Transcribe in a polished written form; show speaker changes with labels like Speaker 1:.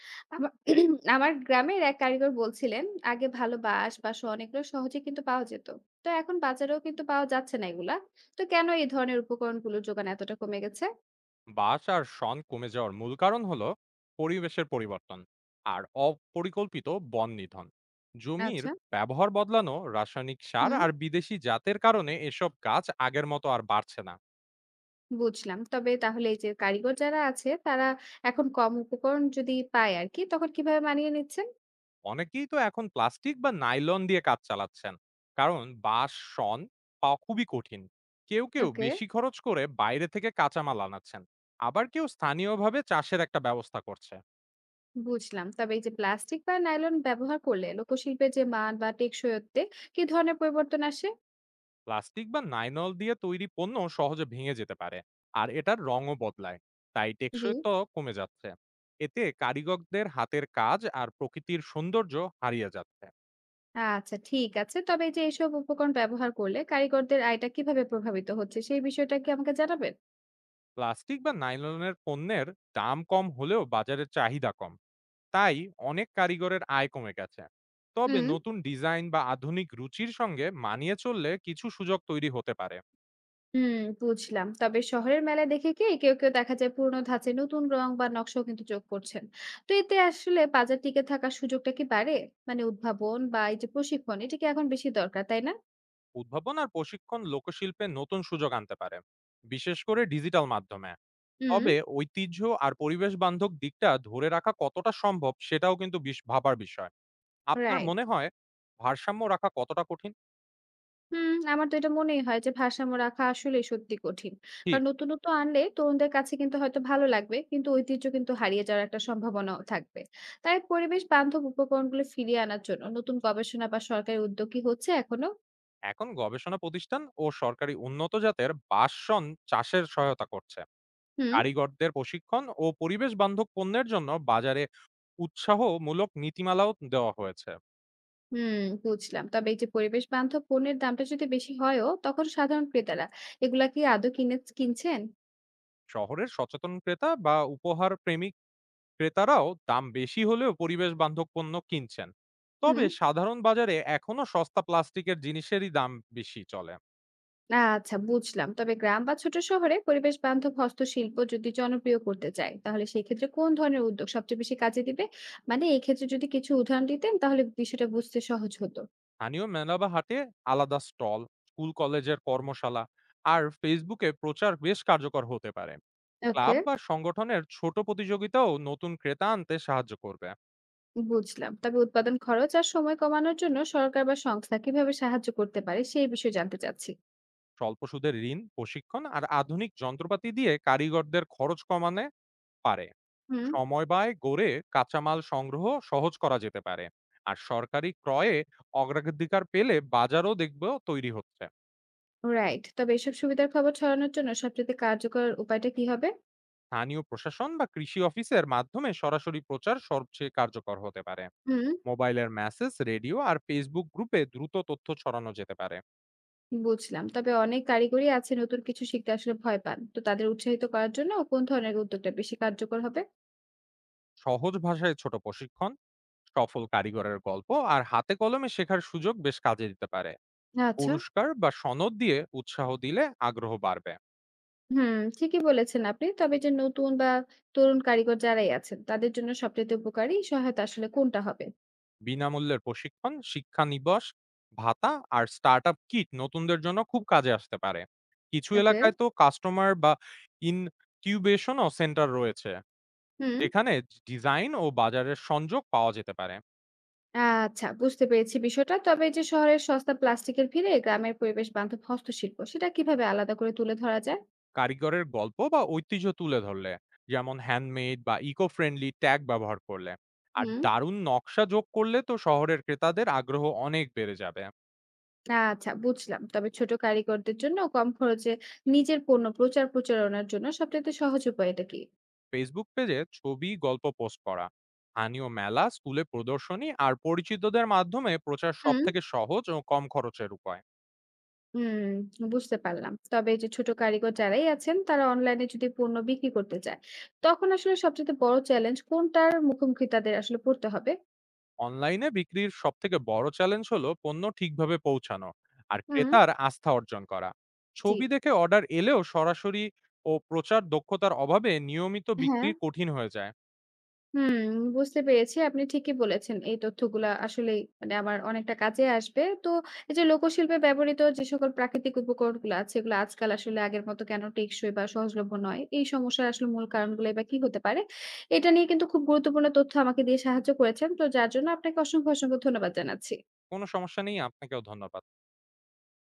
Speaker 1: আমা আমার গ্রামের এক কারিগর বলছিলেন, আগে ভালো বাঁশ বা শন এগুলো সহজে কিন্তু পাওয়া যেত। তো এখন বাজারেও কিন্তু পাওয়া যাচ্ছে না এগুলা। তো কেন এই ধরনের উপকরণগুলোর যোগান এতটা কমে গেছে?
Speaker 2: বাস আর শন কমে যাওয়ার মূল কারণ হলো পরিবেশের পরিবর্তন আর অপরিকল্পিত বন নিধন, জমির
Speaker 1: আচ্ছা,
Speaker 2: ব্যবহার বদলানো, রাসায়নিক সার
Speaker 1: হুম,
Speaker 2: আর বিদেশি জাতের কারণে এসব গাছ আগের মতো আর বাড়ছে না।
Speaker 1: বুঝলাম। তবে তাহলে এই যে কারিগর যারা আছে তারা এখন কম উপকরণ যদি পায় আরকি, তখন কিভাবে মানিয়ে নিচ্ছেন?
Speaker 2: অনেকেই তো এখন প্লাস্টিক বা নাইলন দিয়ে কাজ চালাচ্ছেন, কারণ বাঁশ শন পাওয়া খুবই কঠিন। কেউ কেউ
Speaker 1: ওকে,
Speaker 2: বেশি খরচ করে বাইরে থেকে কাঁচামাল আনাচ্ছেন, আবার কেউ স্থানীয়ভাবে চাষের একটা ব্যবস্থা করছে।
Speaker 1: বুঝলাম। তবে এই যে প্লাস্টিক বা নাইলন ব্যবহার করলে লোকশিল্পের যে মান বা টেকসইতে কি ধরনের পরিবর্তন আসে?
Speaker 2: প্লাস্টিক বা নাইনল দিয়ে তৈরি পণ্য সহজে ভেঙে যেতে পারে, আর এটার রঙও বদলায়, তাই
Speaker 1: জি।
Speaker 2: টেকসই তো কমে যাচ্ছে। এতে কারিগরদের হাতের কাজ আর প্রকৃতির সৌন্দর্য হারিয়ে যাচ্ছে।
Speaker 1: আচ্ছা ঠিক আছে। তবে এই যে এসব উপকরণ ব্যবহার করলে কারিগরদের আয়টা কিভাবে প্রভাবিত হচ্ছে সেই বিষয়টা কি আমাকে জানাবেন?
Speaker 2: প্লাস্টিক বা নাইলনের পণ্যের দাম কম হলেও বাজারে চাহিদা কম, তাই অনেক কারিগরের আয় কমে গেছে। তবে
Speaker 1: হুম,
Speaker 2: নতুন ডিজাইন বা আধুনিক রুচির সঙ্গে মানিয়ে চললে কিছু সুযোগ তৈরি হতে পারে।
Speaker 1: হুম, বুঝলাম। তবে শহরের মেলায় দেখে কি কেউ কেউ দেখা যায় পুরোনো ধাঁচে নতুন রং বা নকশাও কিন্তু যোগ করছেন। তো এতে আসলে বাজার টিকে থাকার সুযোগটা কি বাড়ে? মানে উদ্ভাবন বা এই যে প্রশিক্ষণ এটা কি এখন বেশি দরকার, তাই না?
Speaker 2: উদ্ভাবন আর প্রশিক্ষণ লোকশিল্পে নতুন সুযোগ আনতে পারে, বিশেষ করে ডিজিটাল মাধ্যমে।
Speaker 1: হুম,
Speaker 2: তবে ঐতিহ্য আর পরিবেশ বান্ধব দিকটা ধরে রাখা কতটা সম্ভব সেটাও কিন্তু বিশ ভাবার বিষয়। আপনার
Speaker 1: রাইট।
Speaker 2: মনে হয় ভারসাম্য রাখা কতটা কঠিন?
Speaker 1: হুম, আমার তো এটা মনেই হয় যে ভারসাম্য রাখা আসলেই সত্যি কঠিন।
Speaker 2: ঠিক,
Speaker 1: কারণ নতুনত্ব আনলে তরুণদের কাছে কিন্তু হয়তো ভালো লাগবে, কিন্তু ঐতিহ্য কিন্তু হারিয়ে যাওয়ার একটা সম্ভাবনাও থাকবে। তাই পরিবেশ বান্ধব উপকরণগুলো ফিরিয়ে আনার জন্য নতুন গবেষণা বা সরকারি উদ্যোগ কি হচ্ছে এখনো?
Speaker 2: এখন গবেষণা প্রতিষ্ঠান ও সরকারি উন্নত জাতের বাঁশসন চাষের সহায়তা করছে।
Speaker 1: হুম,
Speaker 2: কারিগরদের প্রশিক্ষণ ও পরিবেশ বান্ধব পণ্যের জন্য বাজারে উৎসাহমূলক নীতিমালাও দেওয়া হয়েছে।
Speaker 1: হুম, বুঝলাম। তবে এই যে পরিবেশ বান্ধব পণ্যের দামটা যদি বেশি হয়ও, তখন সাধারণ ক্রেতারা এগুলা কি আদৌ কিনে কিনছেন?
Speaker 2: শহরের সচেতন ক্রেতা বা উপহার প্রেমী ক্রেতারাও দাম বেশি হলেও পরিবেশ বান্ধব পণ্য কিনছেন। তবে
Speaker 1: হুম।
Speaker 2: সাধারণ বাজারে এখনো সস্তা প্লাস্টিকের জিনিসেরই দাম বেশি চলে।
Speaker 1: না, আচ্ছা বুঝলাম। তবে গ্রাম বা ছোট শহরে পরিবেশ বান্ধব হস্তশিল্প যদি জনপ্রিয় করতে চাই, তাহলে সেই ক্ষেত্রে কোন ধরনের উদ্যোগ সবচেয়ে বেশি কাজে দিবে? মানে এই ক্ষেত্রে যদি কিছু উদাহরণ দিতেন তাহলে বিষয়টা বুঝতে সহজ হতো।
Speaker 2: স্থানীয় মেলা বা হাটে আলাদা স্টল, স্কুল কলেজের কর্মশালা আর ফেসবুকে প্রচার বেশ কার্যকর হতে পারে।
Speaker 1: ওকে,
Speaker 2: ক্লাব বা সংগঠনের ছোট প্রতিযোগিতাও নতুন ক্রেতা আনতে সাহায্য করবে।
Speaker 1: বুঝলাম। তবে উৎপাদন খরচ আর সময় কমানোর জন্য সরকার বা সংস্থা কিভাবে সাহায্য করতে পারে সেই বিষয়ে জানতে চাচ্ছি।
Speaker 2: স্বল্প সুদের ঋণ, প্রশিক্ষণ আর আধুনিক যন্ত্রপাতি দিয়ে কারিগরদের খরচ কমানো পারে।
Speaker 1: হুম,
Speaker 2: সমবায় গড়ে কাঁচামাল সংগ্রহ সহজ করা যেতে পারে। আর সরকারি ক্রয়ে অগ্রাধিকার পেলে বাজারও দেখব তৈরি হচ্ছে।
Speaker 1: রাইট। তবে এসব সুবিধার খবর ছড়ানোর জন্য সবচেয়ে কার্যকর উপায়টা কি হবে?
Speaker 2: স্থানীয় প্রশাসন বা কৃষি অফিসের মাধ্যমে সরাসরি প্রচার সবচেয়ে কার্যকর হতে পারে।
Speaker 1: হুম।
Speaker 2: মোবাইলের মেসেজ, রেডিও আর ফেসবুক গ্রুপে দ্রুত তথ্য ছড়ানো যেতে পারে।
Speaker 1: বুঝলাম। তবে অনেক কারিগরই আছে নতুন কিছু শিখতে আসলে ভয় পান। তো তাদের উৎসাহিত করার জন্য কোন ধরনের উদ্যোগটা বেশি কার্যকর হবে?
Speaker 2: সহজ ভাষায় ছোট প্রশিক্ষণ, সফল কারিগরের গল্প আর হাতে কলমে শেখার সুযোগ বেশ কাজে দিতে পারে।
Speaker 1: আচ্ছা।
Speaker 2: পুরস্কার বা সনদ দিয়ে উৎসাহ দিলে আগ্রহ বাড়বে।
Speaker 1: হুম, ঠিকই বলেছেন আপনি। তবে যে নতুন বা তরুণ কারিগর যারাই আছেন তাদের জন্য সবচাইতে উপকারী সহায়তা আসলে কোনটা হবে?
Speaker 2: বিনামূল্যের প্রশিক্ষণ, শিক্ষানিবস, ভাতা আর স্টার্টআপ কিট নতুনদের জন্য খুব কাজে আসতে পারে। কিছু
Speaker 1: ওকে।
Speaker 2: এলাকায় তো কাস্টমার বা ইনকিউবেশনও সেন্টার রয়েছে,
Speaker 1: হুম,
Speaker 2: যেখানে ডিজাইন ও বাজারের সংযোগ পাওয়া যেতে পারে।
Speaker 1: আচ্ছা বুঝতে পেরেছি বিষয়টা। তবে যে শহরের সস্তা প্লাস্টিকের ভিড়ে গ্রামের পরিবেশ বান্ধব হস্তশিল্প সেটা কিভাবে আলাদা করে তুলে ধরা যায়?
Speaker 2: কারিগরের গল্প বা ঐতিহ্য তুলে ধরলে, যেমন হ্যান্ডমেড বা ইকো ফ্রেন্ডলি ট্যাগ ব্যবহার করলে আর
Speaker 1: হুম।
Speaker 2: দারুণ নকশা যোগ করলে তো শহরের ক্রেতাদের আগ্রহ অনেক বেড়ে যাবে।
Speaker 1: আচ্ছা বুঝলাম। তবে ছোট কারিগরদের জন্য কম খরচে নিজের পণ্য প্রচারণার জন্য সবচাইতে সহজ উপায় এটা কি?
Speaker 2: ফেসবুক পেজে ছবি গল্প পোস্ট করা, স্থানীয় মেলা, স্কুলে প্রদর্শনী আর পরিচিতদের মাধ্যমে প্রচার সব
Speaker 1: হুম,
Speaker 2: থেকে সহজ ও কম খরচের উপায়।
Speaker 1: হুম, বুঝতে পারলাম। তবে এই যে ছোট কারিগর যারাই আছেন তারা অনলাইনে যদি পণ্য বিক্রি করতে চায়, তখন আসলে সবচেয়ে বড় চ্যালেঞ্জ কোনটার মুখোমুখি তাদের আসলে পড়তে হবে?
Speaker 2: অনলাইনে বিক্রির সব থেকে বড় চ্যালেঞ্জ হলো পণ্য ঠিকভাবে পৌঁছানো আর
Speaker 1: হুম,
Speaker 2: ক্রেতার আস্থা অর্জন করা।
Speaker 1: জি।
Speaker 2: ছবি দেখে অর্ডার এলেও সরাসরি ও প্রচার দক্ষতার অভাবে নিয়মিত
Speaker 1: হ্যাঁ,
Speaker 2: বিক্রি কঠিন হয়ে যায়।
Speaker 1: হুম, বুঝতে পেরেছি। আপনি ঠিকই বলেছেন। এই তথ্যগুলা আসলেই মানে আমার অনেকটা কাজে আসবে। তো এই যে লোকশিল্পে ব্যবহৃত যে সকল প্রাকৃতিক উপকরণগুলো আছে, এগুলো আজকাল আসলে আগের মতো কেন টেকসই বা সহজলভ্য নয়? এই সমস্যার আসলে মূল কারণগুলাই বা কি হতে পারে? এটা নিয়ে কিন্তু খুব গুরুত্বপূর্ণ তথ্য আমাকে দিয়ে সাহায্য করেছেন। তো যার জন্য আপনাকে অসংখ্য, অসংখ্য ধন্যবাদ জানাচ্ছি।
Speaker 2: কোনো সমস্যা নেই, আপনাকেও ধন্যবাদ।